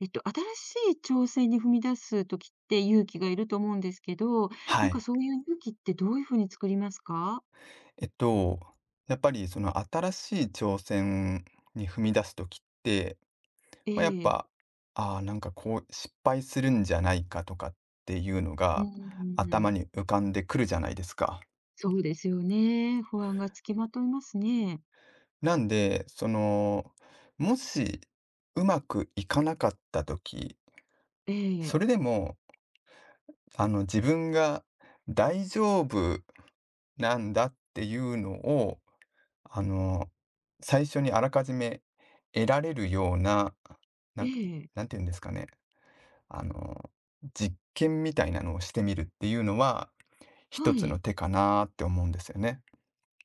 新しい挑戦に踏み出すときって勇気がいると思うんですけど、はなんかい。そういう勇気ってどういうふうに作りますか？えっと、やっぱりその新しい挑戦に踏み出すときって、えまあ、やっえ。ぱ、ああ、なんかこう失敗するんじゃないかとかっていうのうが頭ん。に浮かんでくるじゃないですか。そうですよね。不安がつきまといますね。なんで、その、もしうまくいかなかったときえそえ、れでも、自分が大丈夫なんだっていうのをあの、最初にあらかじめ得られるような、なえんか、え、なんて言うんですかね、あの、実験みたいなのをしてみるっていうのは、一はつのい。手かなって思うんですよね。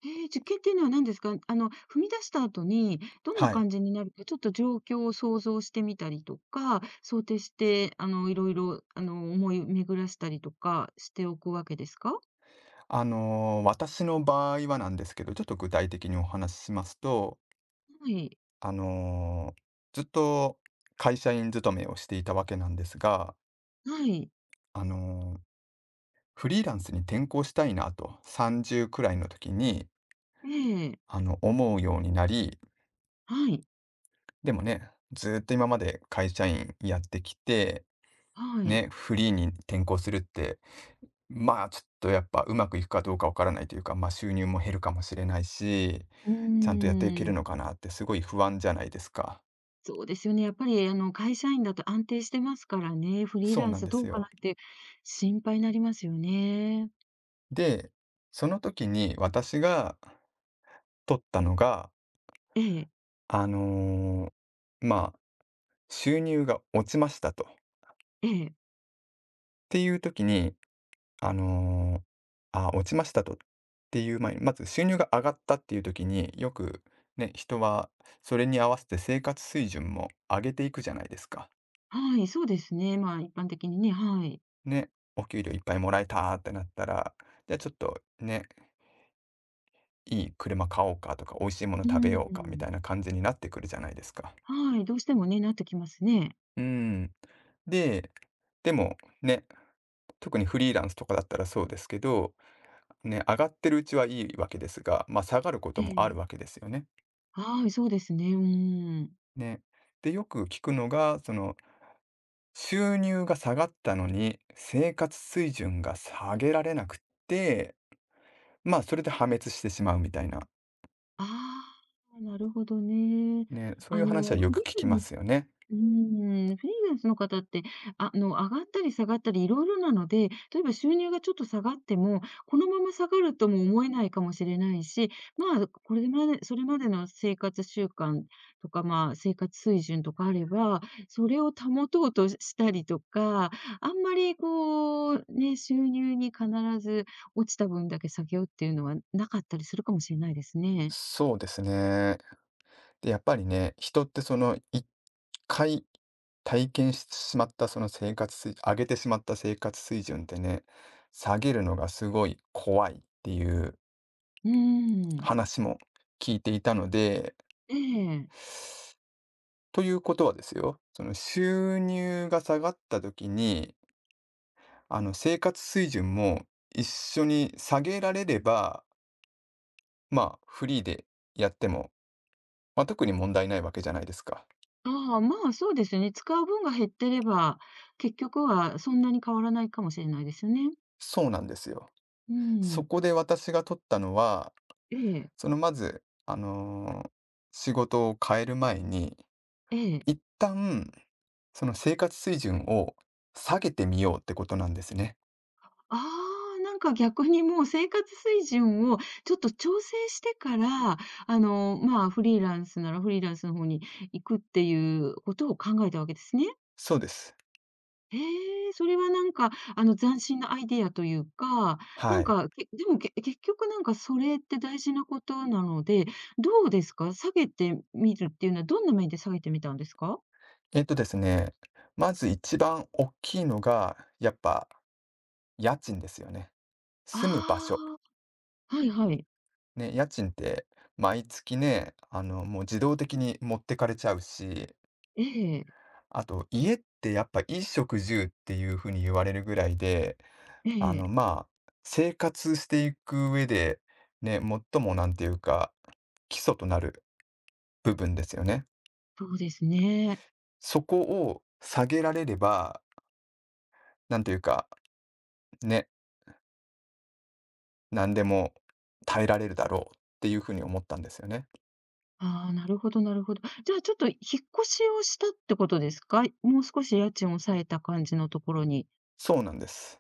ええ、実験っていうのは何ですか？踏み出した後にどんなはい。感じになるか、ちょっと状況を想像してみたりとか、想定して、いろいろ、思い巡らしたりとかしておくわけですか？私の場合はなんですけど、ちょっと具体的にお話ししますと、はい。あの、ずっと会社員勤めをしていたわけなんですが、はい。あの、フリーランスに転向したいなと、30くらいの時に、ええ。思うようになり、はい、でもね、ずーっと今まで会社員やってきて、はい。ね、フリーに転向するって、まあ、ちょっとやっぱうまくいくかどうかわからないというか、まあ、収入も減るかもしれないし、うちゃんとやっていけーるん、のかなってすごい不安じゃないですか。そうですよね。やっぱり会社員だと安定してますからね、フリーそうランなんスでどすうかなよ。って心配になりますよね。で、その時に私が取ったのが、ええ、あの、まあ、収入が落ちましたと。っええ、ていう時にあの、落ちましたとっていう前に、まず収入が上がったっていう時に、よくね、人はそれに合わせて生活水準も上げていくじゃないですか。はい、そうですね。まあ、一般的にね、はい。ね、お給料いっぱいもらえたってなったら、じゃあちょっとね、いい車買おうかとか、美味しいものう食べーようかみん、たいな感じになってくるじゃないですか。はい、どうしてもね、なってきますね。うーん。で、でもね、特にフリーランスとかだったらそうですけど、ね、上がってるうちはいいわけですが、まあ、下がることえもあるえ、わけですよね。はい、そうですね。うーん。ね。で、よく聞くのが、その、収入が下がったのに、生活水準が下げられなくって、まあ、それで破滅してしまうみたいな。ああ、なるほどね。ね、そういあう話はの、よフくリー聞きラまンすよね。フリーランスの方って、上がったり下がったりいろいろなので、例えば収入がちょっと下がっても、このまま下がるとも思えないかもしれないし、まあ、これまで、それまでの生活習慣とか、まあ、生活水準とかあれば、それを保とうとしたりとか、あんまりこう、ね、収入に必ず落ちた分だけ下げようっていうのはなかったりするかもしれないですね。そうですね。で、やっぱりね、人ってその、1回体験してしまったその生活水上げてしまった生活水準ってね、下げるのがすごい怖いっていううーん。話も聞いていたのでええ。ということはですよ、その収入が下がった時に、生活水準も一緒に下げられれば、まあ、フリーでやっても、まあ、特に問題ないわけじゃないですか。ああ、まあ、そうですよね。使う分が減ってれば、結局はそんなに変わらないかもしれないですよね。そうなんですよ。うそん。こで私が取ったのは、ええ、そのまず、仕事を変える前に、ええ。一旦、その生活水準を下げてみようってことなんですね。ああ、なんか逆にもう生活水準をちょっと調整してから、まあ、フリーランスならフリーランスの方に行くっていうことを考えたわけですね。そうです。へえ、それはなんか、斬新なアイディアというか、なはんい。か、でも、結局なんかそれって大事なことなので、どうですか？下げてみるっていうのはどんな面で下げてみたんですか？えっとですね、まず一番大きいのが、やっぱ家賃ですよね。あ住む場所。あ、はいはい。ね、家賃って毎月ね、もう自動的に持ってかれちゃうし、ええ、あと家ってやっぱ衣食住っていう風に言われるぐらいで、ええ、生活していく上で、ね、最もなんていうか、基礎となる部分ですよね。そうですね。そこを下げられれば、なんていうか、ね何でも耐えられるだろうっていう風に思ったんですよね。ああ、なるほどなるほど。じゃあちょっと引っ越しをしたってことですか？もう少し家賃を抑えた感じのところに。そうなんです。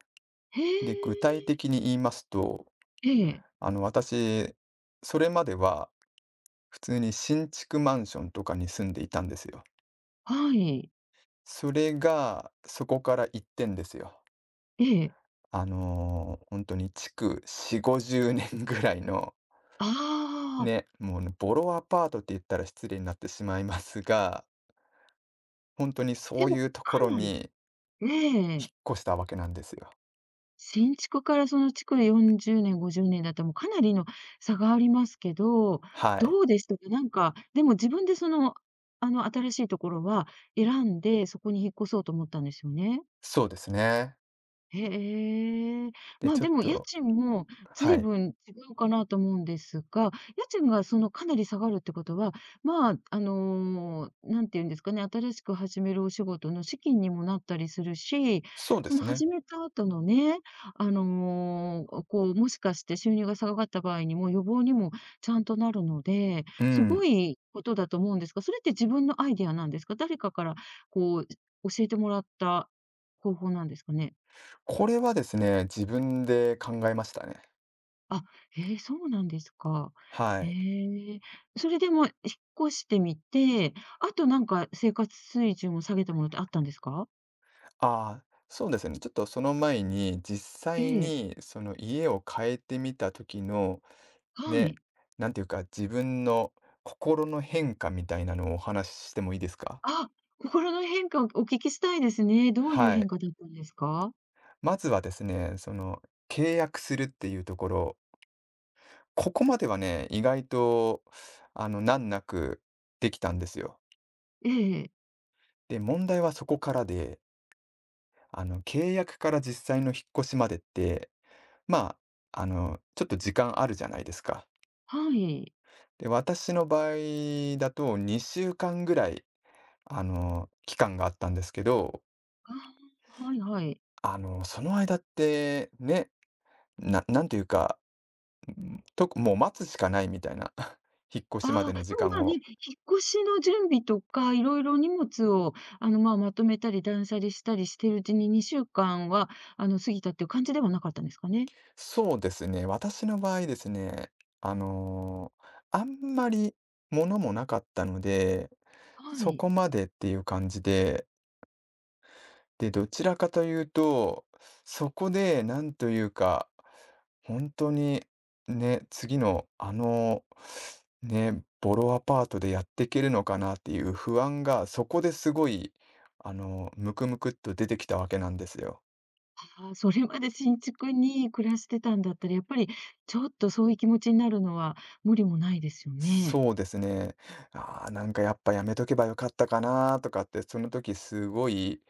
へで、具体え、的に言いますと、ええ、私、それまでは普通に新築マンションとかに住んでいたんですよ。はい、それが、そこから一転ですよ。ええ。本当に築4、50年ぐらいの、ああ、ね、もうね、ボロアパートって言ったら失礼になってしまいますが、本当にそでうも、いかうところなりにえ引え、っ越したわけなんですよ。新築からその築40年、50年だったら、もうかなりの差がありますけど、はい。どうでしたか？なんか、でも自分で新しいところは選んで、そこに引っ越そうと思ったんですよね？そうですね。へえ。で、ま、ちょっでも家と賃もは随い。分違うかなと思うんですが、家賃がかなり下がるってことは、まあ、何て言うんですかね、新しく始めるお仕事の資金にもなったりするし、そうでそすのね。始めた後のね、もしかして収入が下がった場合にも予防にもちゃんとなるので、うすごん。いことだと思うんですが、それって自分のアイデアなんですか？誰かからこう、教えてもらった方法なんですかね？これはですね、自分で考えましたね。あ、へえ、そうなんですか。はへい。え。それでも、引っ越してみて、あとなんか生活水準を下げたものってあったんですか？ああ、そうですね。ちょっとその前に、実え際え、にその家を変えてみた時の、はね、い。なんていうか、自分の心の変化みたいなのをお話ししてもいいですか？あ、心の変化をお聞きしたいですね。どういうはい。変化だったんですか？まずはですね、その契約するっていうところ、ここまではね、意外と難なくできたんですよ。ええ、で、問題はそこからで契約から実際の引っ越しまでって、まちょっと時間あるじゃないですか。はい。で、私の場合だと2週間ぐらい、期間があったんですけど、ああ、はいはい。その間ってね、なんていうか、もう待つしかないみたいな、引っ越しまあであ、の時でも間まあね、を。引っ越しの準備とか、いろいろ荷物をまあ、まとめたり断捨離したりしてるうちに2週間は、過ぎたっていう感じではなかったんですかね？そうですね、私の場合ですね、あの、あんまり物もなかったので、はそい。こまでっていう感じで、で、どちらかというと、そこでなんというか、本当にね、次のね、ボロアパートでやっていけるのかなっていう不安が、そこですごい、ムクムクっと出てきたわけなんですよ。あ、それまで新築に暮らしてたんだったら、やっぱりちょっとそういう気持ちになるのは無理もないですよね。そうですね。ああ、なんかやっぱやめとけばよかったかなとかって、その時すごい、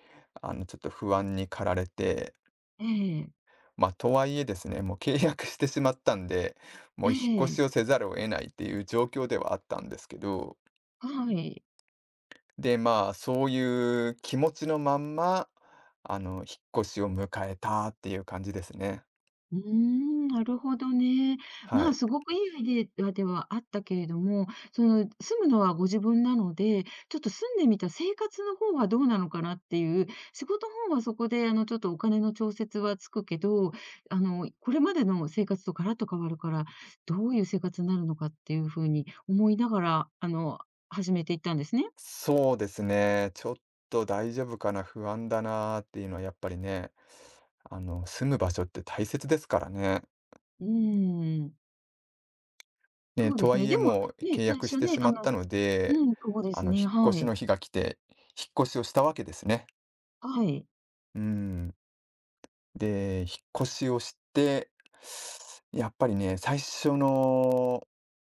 ちょっと不安に駆られてええ、まあ、とはいえですね、もう契約してしまったんで、もえう引っ越え、しをせざるを得ないっていう状況ではあったんですけど、はい。で、まあ、そういう気持ちのまんま、引っ越しを迎えたっていう感じですね。うーん、なるほどね。はまあ、い。すごくいいアイデアではあったけれども、住むのはご自分なので、ちょっと住んでみた生活の方はどうなのかなっていう、仕事の方はそこで、ちょっとお金の調節はつくけど、これまでの生活とガラッと変わるから、どういう生活になるのかっていうふうに思いながら、始めていったんですね。そうですね、ちょっと大丈夫かな、不安だなっていうのはやっぱりね、住む場所って大切ですからね。うーん。ね、そうでとはすね。いえでも、もうね、契最約し初てね、しまったので、うん、そうです引ね、っは越しのい。日が来て、引っ越しをしたわけですね。はい。うーん。で、引っ越しをして、やっぱりね、最初の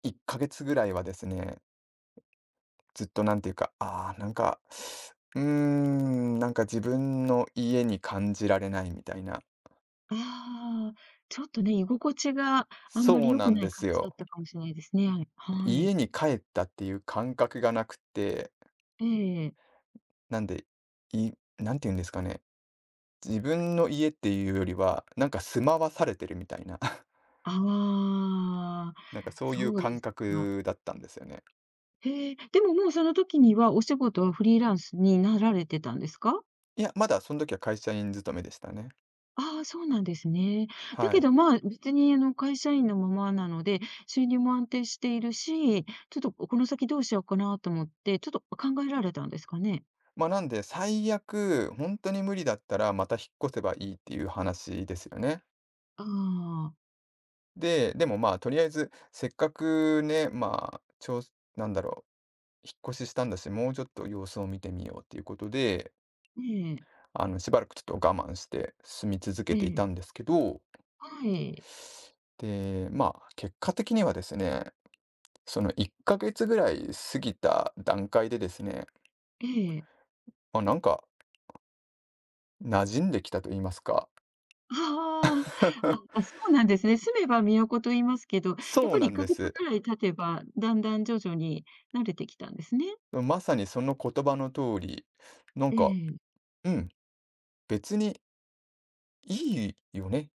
1ヶ月ぐらいはですね、ずっとなんていうか、なんか自分の家に感じられないみたいな。ああ、ちょっとね、居心地があんまりそう良なくんなでい感すじだっよ。たかもしれないですね。はい。家に帰ったっていう感覚がなくて、ええ。なんで、いなんていうんですかね。自分の家っていうよりは、なんか住まわされてるみたいな、ああ、なんかそういうそうで感すか。覚だったんですよね。へえ、でももうその時にはお仕事はフリーランスになられてたんですか？いや、まだその時は会社員勤めでしたね。ああ、そうなんですね。だはけい。ど、まあ、別に会社員のままなので、収入も安定しているし、ちょっとこの先どうしようかなと思って、ちょっと考えられたんですかね？まあ、なんで、最悪、本当に無理だったら、また引っ越せばいいっていう話ですよね。ああ、でも、まあ、とりあえず、せっかくね、なんだろう、引っ越ししたんだし、もうちょっと様子を見てみようっていうことで、ええ、しばらくちょっと我慢して住み続えけていえ、たんですけど、はい、で、まあ、結果的にはですね、その1ヶ月ぐらい過ぎた段階でですね、ええ。まあ、なんか馴染んできたと言いますか。ああ、あ、あ、そうなんですね。住めば都と言いますけど、やっそうぱりな1んでヶ月す。ぐらい経てば、だんだん徐々に慣れてきたんですね。まさにその言葉の通り、なんえか、え。うん、別にいいよね。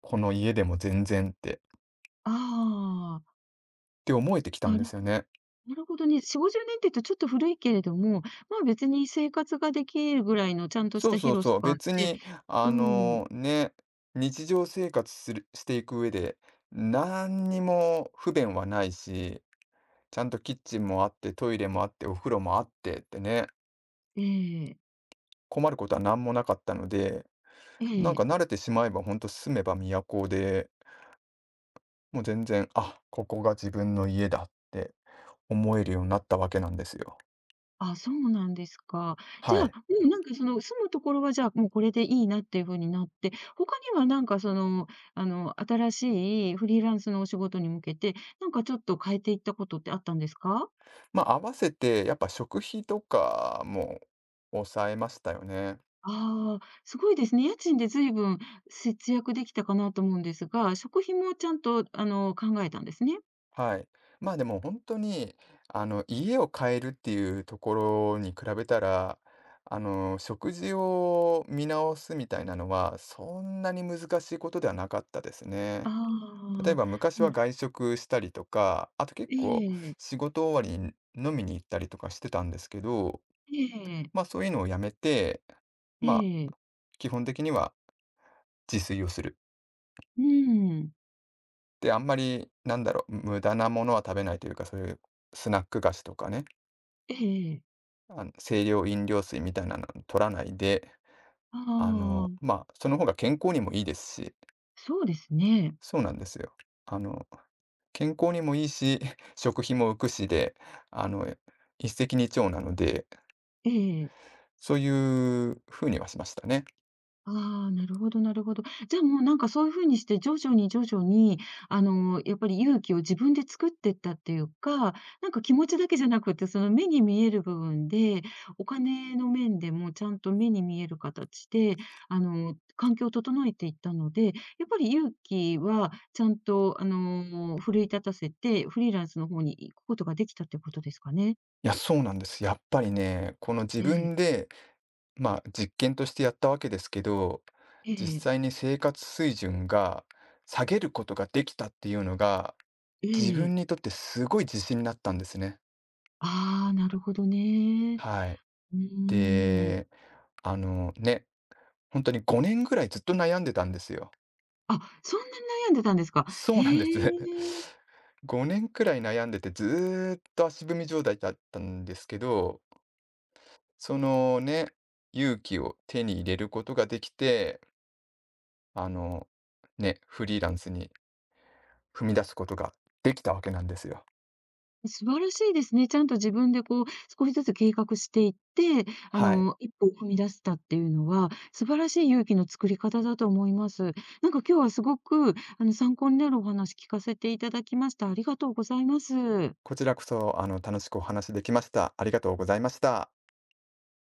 この家でも全然って、っああ、て思えてきたんなでるすよね。なるほどね。40、50年っていうとちょっと古いけれども、まあ、別に生活ができるぐらいのちゃんとしそたうそう広さそう、があっ別てに、あうん、のね、日常生活する、していく上で、何にも不便はないし、ちゃんとキッチンもあって、トイレもあって、お風呂もあってってね、ええ、困ることは何もなかったので、えなんかえ。慣れてしまえば、ほんと住めば都で、もう全然、あ、ここが自分の家だって思えるようになったわけなんですよ。あ、そうなんですか。じゃはあ、もい。うんなんかその住むところはじゃあ、もうこれでいいなっていうふうになって、他にはなんかその、新しいフリーランスのお仕事に向けて、なんかちょっと変えていったことってあったんですか？まあ、合わせてやっぱ食費とかも抑えましたよね。ああ、すごいですね。家賃で随分節約できたかなと思うんですが、食費もちゃんと考えたんですね。はい。まあ、でも本当に、家を変えるっていうところに比べたら、食事を見直すみたいなのは、そんなに難しいことではなかったですあね。例えあ、ば昔なはる外食したりとか、あと結え構え、仕事終わりに飲みに行ったりとかしてたんですけどええ、まあ、そういうのをやめて、えまあ、え、基本的には自炊をする。うーん、で、あんまり、なんだろう、無駄なものは食べないというか、そういうスナック菓子とかね、ええ、ええ、うん、ええ、清涼飲料水みたいなの取らないで、ああ、その方が健康にもいいですし、そうですね。そうなんですよ。あの、健康にもいいし、食費も浮くしで、あの、一石二鳥なので、ええ。そういう風にはしましたね。ああ、なるほどなるほど。じゃあ、もう、なんか、そういう風にして徐々に徐々に、やっぱり勇気を自分で作ってったっていうか、なんか、気持ちだけじゃなくて、目に見える部分で、お金の面でもちゃんと目に見える形で、環境を整えていったので、やっぱり勇気はちゃんと、奮い立たせて、フリーランスの方に行くことができたってことですかね？いや、そうなんです。やっぱりね、この自ええ、分でまあ、実験としてやったわけですけど、え実え、際に生活水準が下げることができたっていうのが、え自分え。にとってすごい自信になったんですね。ああ、なるほどね。はい。うーん。で、あのね、本当に5年ぐらいずっと悩んでたんですよ。あ、そんなに悩んでたんですか。そへうなんです。え、5年くらい悩んでて、ずーっと足踏み状態だったんですけど、そのね、勇気を手に入れることができて、あの、ね、フリーランスに踏み出すことができたわけなんですよ。素晴らしいですね。ちゃんと自分でこう、少しずつ計画していって、はい。一歩を踏み出したっていうのは、素晴らしい勇気の作り方だと思います。なんか今日はすごく、参考になるお話聞かせていただきました。ありがとうございます。こちらこそ、楽しくお話できました。ありがとうございました。